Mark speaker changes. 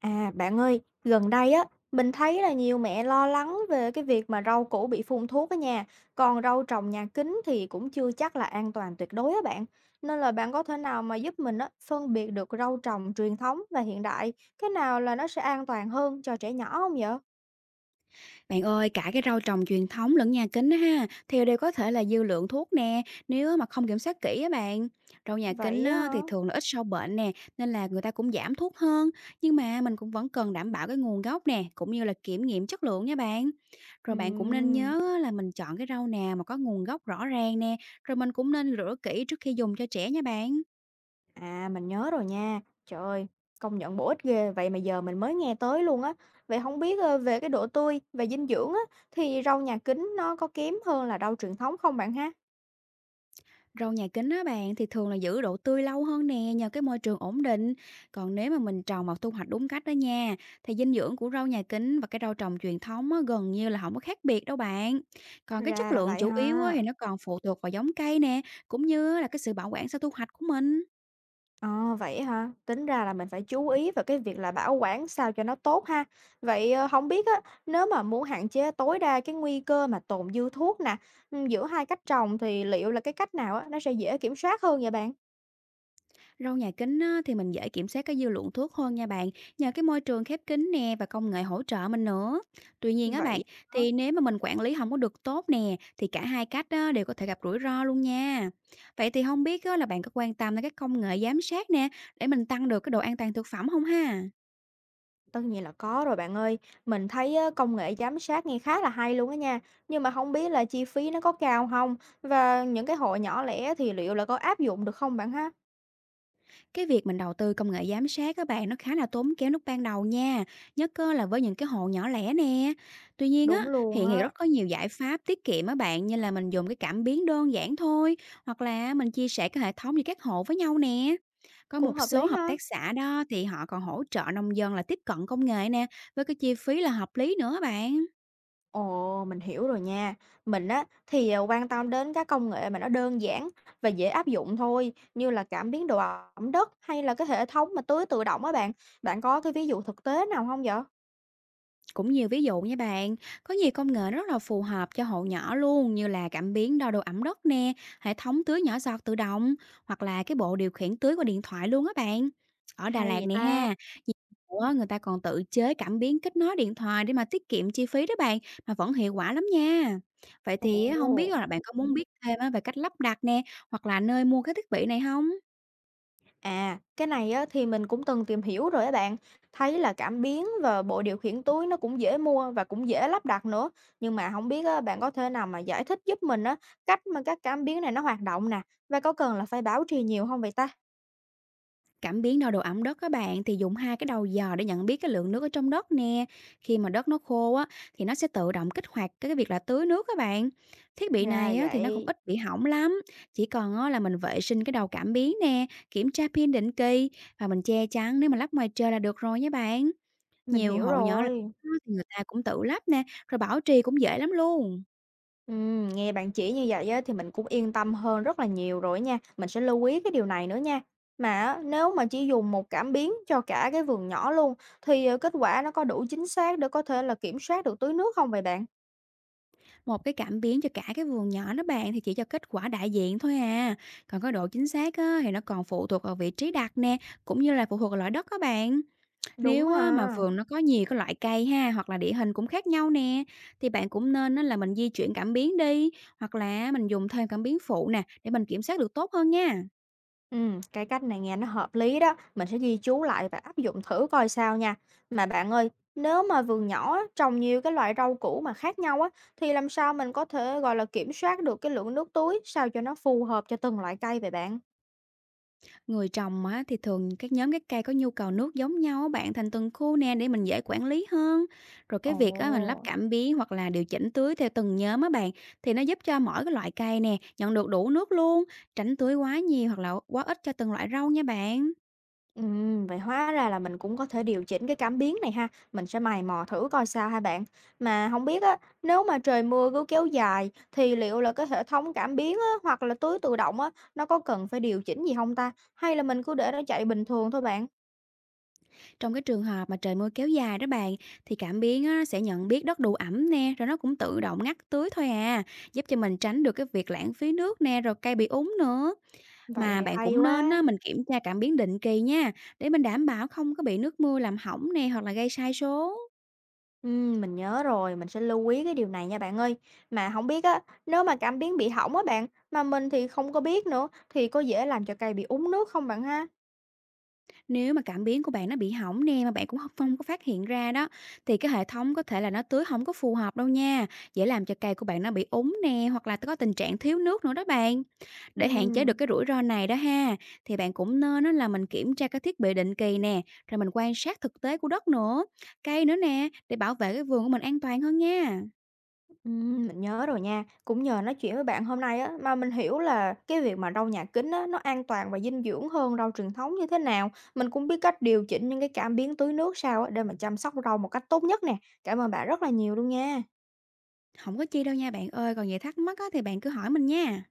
Speaker 1: À, bạn ơi, gần đây á, mình thấy là nhiều mẹ lo lắng về cái việc mà rau củ bị phun thuốc á nhà. Còn rau trồng nhà kính thì cũng chưa chắc là an toàn tuyệt đối á bạn. Nên là bạn có thể nào mà giúp mình á, phân biệt được rau trồng truyền thống và hiện đại, cái nào là nó sẽ an toàn hơn cho trẻ nhỏ không vậy?
Speaker 2: Bạn ơi, cả cái rau trồng truyền thống lẫn nhà kính á ha, thì đều có thể là dư lượng thuốc nè, nếu mà không kiểm soát kỹ á bạn. Rau nhà kính
Speaker 1: Vậy á
Speaker 2: á,
Speaker 1: hả?
Speaker 2: thì thường là ít sâu bệnh nè, nên là người ta cũng giảm thuốc hơn. Nhưng mà mình cũng vẫn cần đảm bảo cái nguồn gốc nè, cũng như là kiểm nghiệm chất lượng nha bạn.
Speaker 1: Ừ.
Speaker 2: Rồi bạn cũng nên nhớ á, là mình chọn cái rau nào mà có nguồn gốc rõ ràng nè, rồi mình cũng nên rửa kỹ trước khi dùng cho trẻ nha bạn.
Speaker 1: À, mình nhớ rồi nha. Trời ơi, công nhận bổ ích ghê, vậy mà giờ mình mới nghe tới luôn á. Vậy không biết, về cái độ tươi, về dinh dưỡng á, thì rau nhà kính nó có kém hơn là rau truyền thống không bạn ha?
Speaker 2: Rau nhà kính á bạn, thì thường là giữ độ tươi lâu hơn nè nhờ cái môi trường ổn định. Còn nếu mà mình trồng hoặc thu hoạch đúng cách đó nha, thì dinh dưỡng của rau nhà kính và cái rau trồng truyền thống á, gần như là không có khác biệt đâu bạn. Còn cái
Speaker 1: Ra
Speaker 2: chất
Speaker 1: là
Speaker 2: lượng
Speaker 1: vậy
Speaker 2: chủ yếu á,
Speaker 1: ha.
Speaker 2: thì nó còn phụ thuộc vào giống cây nè, cũng như là cái sự bảo quản sau thu hoạch của mình.
Speaker 1: Ờ, vậy ha. Tính ra là mình phải chú ý vào cái việc là bảo quản sao cho nó tốt ha. Vậy, ờ, hông biết á, nếu mà muốn hạn chế tối đa cái nguy cơ mà tồn dư thuốc nè, giữa hai cách trồng thì liệu là cái cách nào á, nó sẽ dễ kiểm soát hơn vậy bạn?
Speaker 2: Rau nhà kính á, thì mình dễ kiểm soát cái dư lượng thuốc hơn nha bạn, nhờ cái môi trường khép kín nè và công nghệ hỗ trợ mình nữa. Tuy nhiên á bạn,
Speaker 1: Vậy hả?
Speaker 2: thì nếu mà mình quản lý không có được tốt nè, thì cả hai cách á, đều có thể gặp rủi ro luôn nha. Vậy thì không biết á, là bạn có quan tâm đến các công nghệ giám sát nè, để mình tăng được cái độ an toàn thực phẩm không ha?
Speaker 1: Tất nhiên là có rồi bạn ơi. Mình thấy á, công nghệ giám sát nghe khá là hay luôn á nha. Nhưng mà không biết là chi phí nó có cao không? Và những cái hội nhỏ lẻ thì liệu là có áp dụng được không bạn ha?
Speaker 2: Cái việc mình đầu tư công nghệ giám sát các bạn nó khá là tốn kém lúc ban đầu nha, nhất á là với những cái hộ nhỏ lẻ nè. Tuy nhiên
Speaker 1: Đúng
Speaker 2: á,
Speaker 1: luôn
Speaker 2: hiện thì
Speaker 1: á.
Speaker 2: rất có nhiều giải pháp tiết kiệm á bạn, như là mình dùng cái cảm biến đơn giản thôi, hoặc là mình chia sẻ cái hệ thống với các hộ với nhau nè. Có
Speaker 1: Cũng
Speaker 2: một
Speaker 1: hợp
Speaker 2: số
Speaker 1: lý
Speaker 2: hợp
Speaker 1: ha.
Speaker 2: tác xã đó thì họ còn hỗ trợ nông dân là tiếp cận công nghệ nè, với cái chi phí là hợp lý nữa bạn.
Speaker 1: Ồ, mình hiểu rồi nha. Mình á thì à, quan tâm đến các công nghệ mà nó đơn giản và dễ áp dụng thôi, như là cảm biến độ ẩm đất hay là cái hệ thống mà tưới tự động á bạn. Bạn có cái ví dụ thực tế nào không vậy?
Speaker 2: Cũng nhiều ví dụ nha bạn, có nhiều công nghệ nó rất là phù hợp cho hộ nhỏ luôn, như là cảm biến đo độ ẩm đất nè, hệ thống tưới nhỏ giọt tự động, hoặc là cái bộ điều khiển tưới qua điện thoại luôn á bạn. Ở Đà
Speaker 1: Hay
Speaker 2: Lạt
Speaker 1: vậy
Speaker 2: này
Speaker 1: ta?
Speaker 2: ha, nhiều chỗ á, người ta còn tự chế cảm biến kết nối điện thoại để mà tiết kiệm chi phí đó bạn, mà vẫn hiệu quả lắm nha. Vậy
Speaker 1: Ồ.
Speaker 2: thì á, không biết là bạn có muốn biết thêm á về cách lắp đặt nè, hoặc là nơi mua cái thiết bị này không?
Speaker 1: À, cái này á, thì mình cũng từng tìm hiểu rồi á bạn, thấy là cảm biến và bộ điều khiển túi nó cũng dễ mua và cũng dễ lắp đặt nữa. Nhưng mà không biết á, bạn có thể nào mà giải thích giúp mình á, cách mà các cảm biến này nó hoạt động nè, và có cần là phải bảo trì nhiều không vậy ta?
Speaker 2: Cảm biến đo độ ẩm đất các bạn thì dùng hai cái đầu dò để nhận biết cái lượng nước ở trong đất nè. Khi mà đất nó khô á, thì nó sẽ tự động kích hoạt cái việc là tưới nước các bạn. Thiết bị
Speaker 1: Ra
Speaker 2: này á
Speaker 1: là
Speaker 2: thì nó cũng
Speaker 1: vậy,
Speaker 2: ít bị hỏng lắm. Chỉ còn á là mình vệ sinh cái đầu cảm biến nè, kiểm tra pin định kỳ và mình che chắn nếu mà lắp ngoài trời là được rồi nha bạn.
Speaker 1: mình
Speaker 2: Nhiều
Speaker 1: hiểu
Speaker 2: hộ nhỏ là
Speaker 1: rồi.
Speaker 2: thì người ta cũng tự lắp nè, rồi bảo trì cũng dễ lắm luôn.
Speaker 1: Nghe bạn chỉ như vậy á, thì mình cũng yên tâm hơn rất là nhiều rồi nha. Mình sẽ lưu ý cái điều này nữa nha. Mà á, nếu mà chỉ dùng một cảm biến cho cả cái vườn nhỏ luôn thì kết quả nó có đủ chính xác để có thể là kiểm soát được tưới nước không vậy bạn?
Speaker 2: Một cái cảm biến cho cả cái vườn nhỏ đó bạn thì chỉ cho kết quả đại diện thôi à. Còn cái độ chính xác á, thì nó còn phụ thuộc vào vị trí đặt nè, cũng như là phụ thuộc vào loại đất các bạn.
Speaker 1: Đúng
Speaker 2: Nếu
Speaker 1: à.
Speaker 2: á, mà vườn nó có nhiều cái loại cây ha, hoặc là địa hình cũng khác nhau nè, thì bạn cũng nên á, là mình di chuyển cảm biến đi, hoặc là mình dùng thêm cảm biến phụ nè để mình kiểm soát được tốt hơn nha.
Speaker 1: Ừ, cái cách này nghe nó hợp lý đó. Mình sẽ ghi chú lại và áp dụng thử coi sao nha. Mà bạn ơi, nếu mà vườn nhỏ á, trồng nhiều cái loại rau củ mà khác nhau á, thì làm sao mình có thể gọi là kiểm soát được cái lượng nước tưới sao cho nó phù hợp cho từng loại cây vậy bạn?
Speaker 2: Người trồng á, thì thường các nhóm các cây có nhu cầu nước giống nhau á bạn thành từng khu nè để mình dễ quản lý hơn. Rồi cái việc á, mình lắp
Speaker 1: Ồ.
Speaker 2: cảm biến hoặc là điều chỉnh tưới theo từng nhóm á bạn, thì nó giúp cho mỗi cái loại cây nè nhận được đủ nước luôn, tránh tưới quá nhiều hoặc là quá ít cho từng loại rau nha bạn.
Speaker 1: Vậy hóa ra là mình cũng có thể điều chỉnh cái cảm biến này ha, mình sẽ mày mò thử coi sao hai bạn. Mà không biết á, nếu mà trời mưa cứ kéo dài thì liệu là cái hệ thống cảm biến á, hoặc là tưới tự động á, nó có cần phải điều chỉnh gì không ta? Hay là mình cứ để nó chạy bình thường thôi bạn?
Speaker 2: Trong cái trường hợp mà trời mưa kéo dài đó bạn, thì cảm biến á, sẽ nhận biết đất đủ ẩm nè, rồi nó cũng tự động ngắt tưới thôi à, giúp cho mình tránh được cái việc lãng phí nước nè, rồi cây bị úng nữa.
Speaker 1: Vậy
Speaker 2: Mà
Speaker 1: thì
Speaker 2: bạn
Speaker 1: hay
Speaker 2: cũng nên á,
Speaker 1: quá.
Speaker 2: mình kiểm tra cảm biến định kỳ nha, để mình đảm bảo không có bị nước mưa làm hỏng nè, hoặc là gây sai số.
Speaker 1: Mình nhớ rồi, mình sẽ lưu ý cái điều này nha bạn ơi. Mà không biết á, nếu mà cảm biến bị hỏng á bạn, mà mình thì không có biết nữa, thì có dễ làm cho cây bị úng nước không bạn ha?
Speaker 2: Nếu mà cảm biến của bạn nó bị hỏng nè, mà bạn cũng không có phát hiện ra đó, thì cái hệ thống có thể là nó tưới không có phù hợp đâu nha, dễ làm cho cây của bạn nó bị úng nè, hoặc là có tình trạng thiếu nước nữa đó bạn. Để hạn chế được
Speaker 1: Ừm.
Speaker 2: cái rủi ro này đó ha, thì bạn cũng nên á, là mình kiểm tra các thiết bị định kỳ nè, rồi mình quan sát thực tế của đất nữa, cây nữa nè, để bảo vệ cái vườn của mình an toàn hơn nha.
Speaker 1: Mình nhớ rồi nha. Cũng nhờ nói chuyện với bạn hôm nay á, mà mình hiểu là cái việc mà rau nhà kính á, nó an toàn và dinh dưỡng hơn rau truyền thống như thế nào. Mình cũng biết cách điều chỉnh những cái cảm biến tưới nước sao á, để mà chăm sóc rau một cách tốt nhất nè. Cảm ơn bạn rất là nhiều luôn nha.
Speaker 2: Không có chi đâu nha bạn ơi, còn gì thắc mắc á thì bạn cứ hỏi mình nha.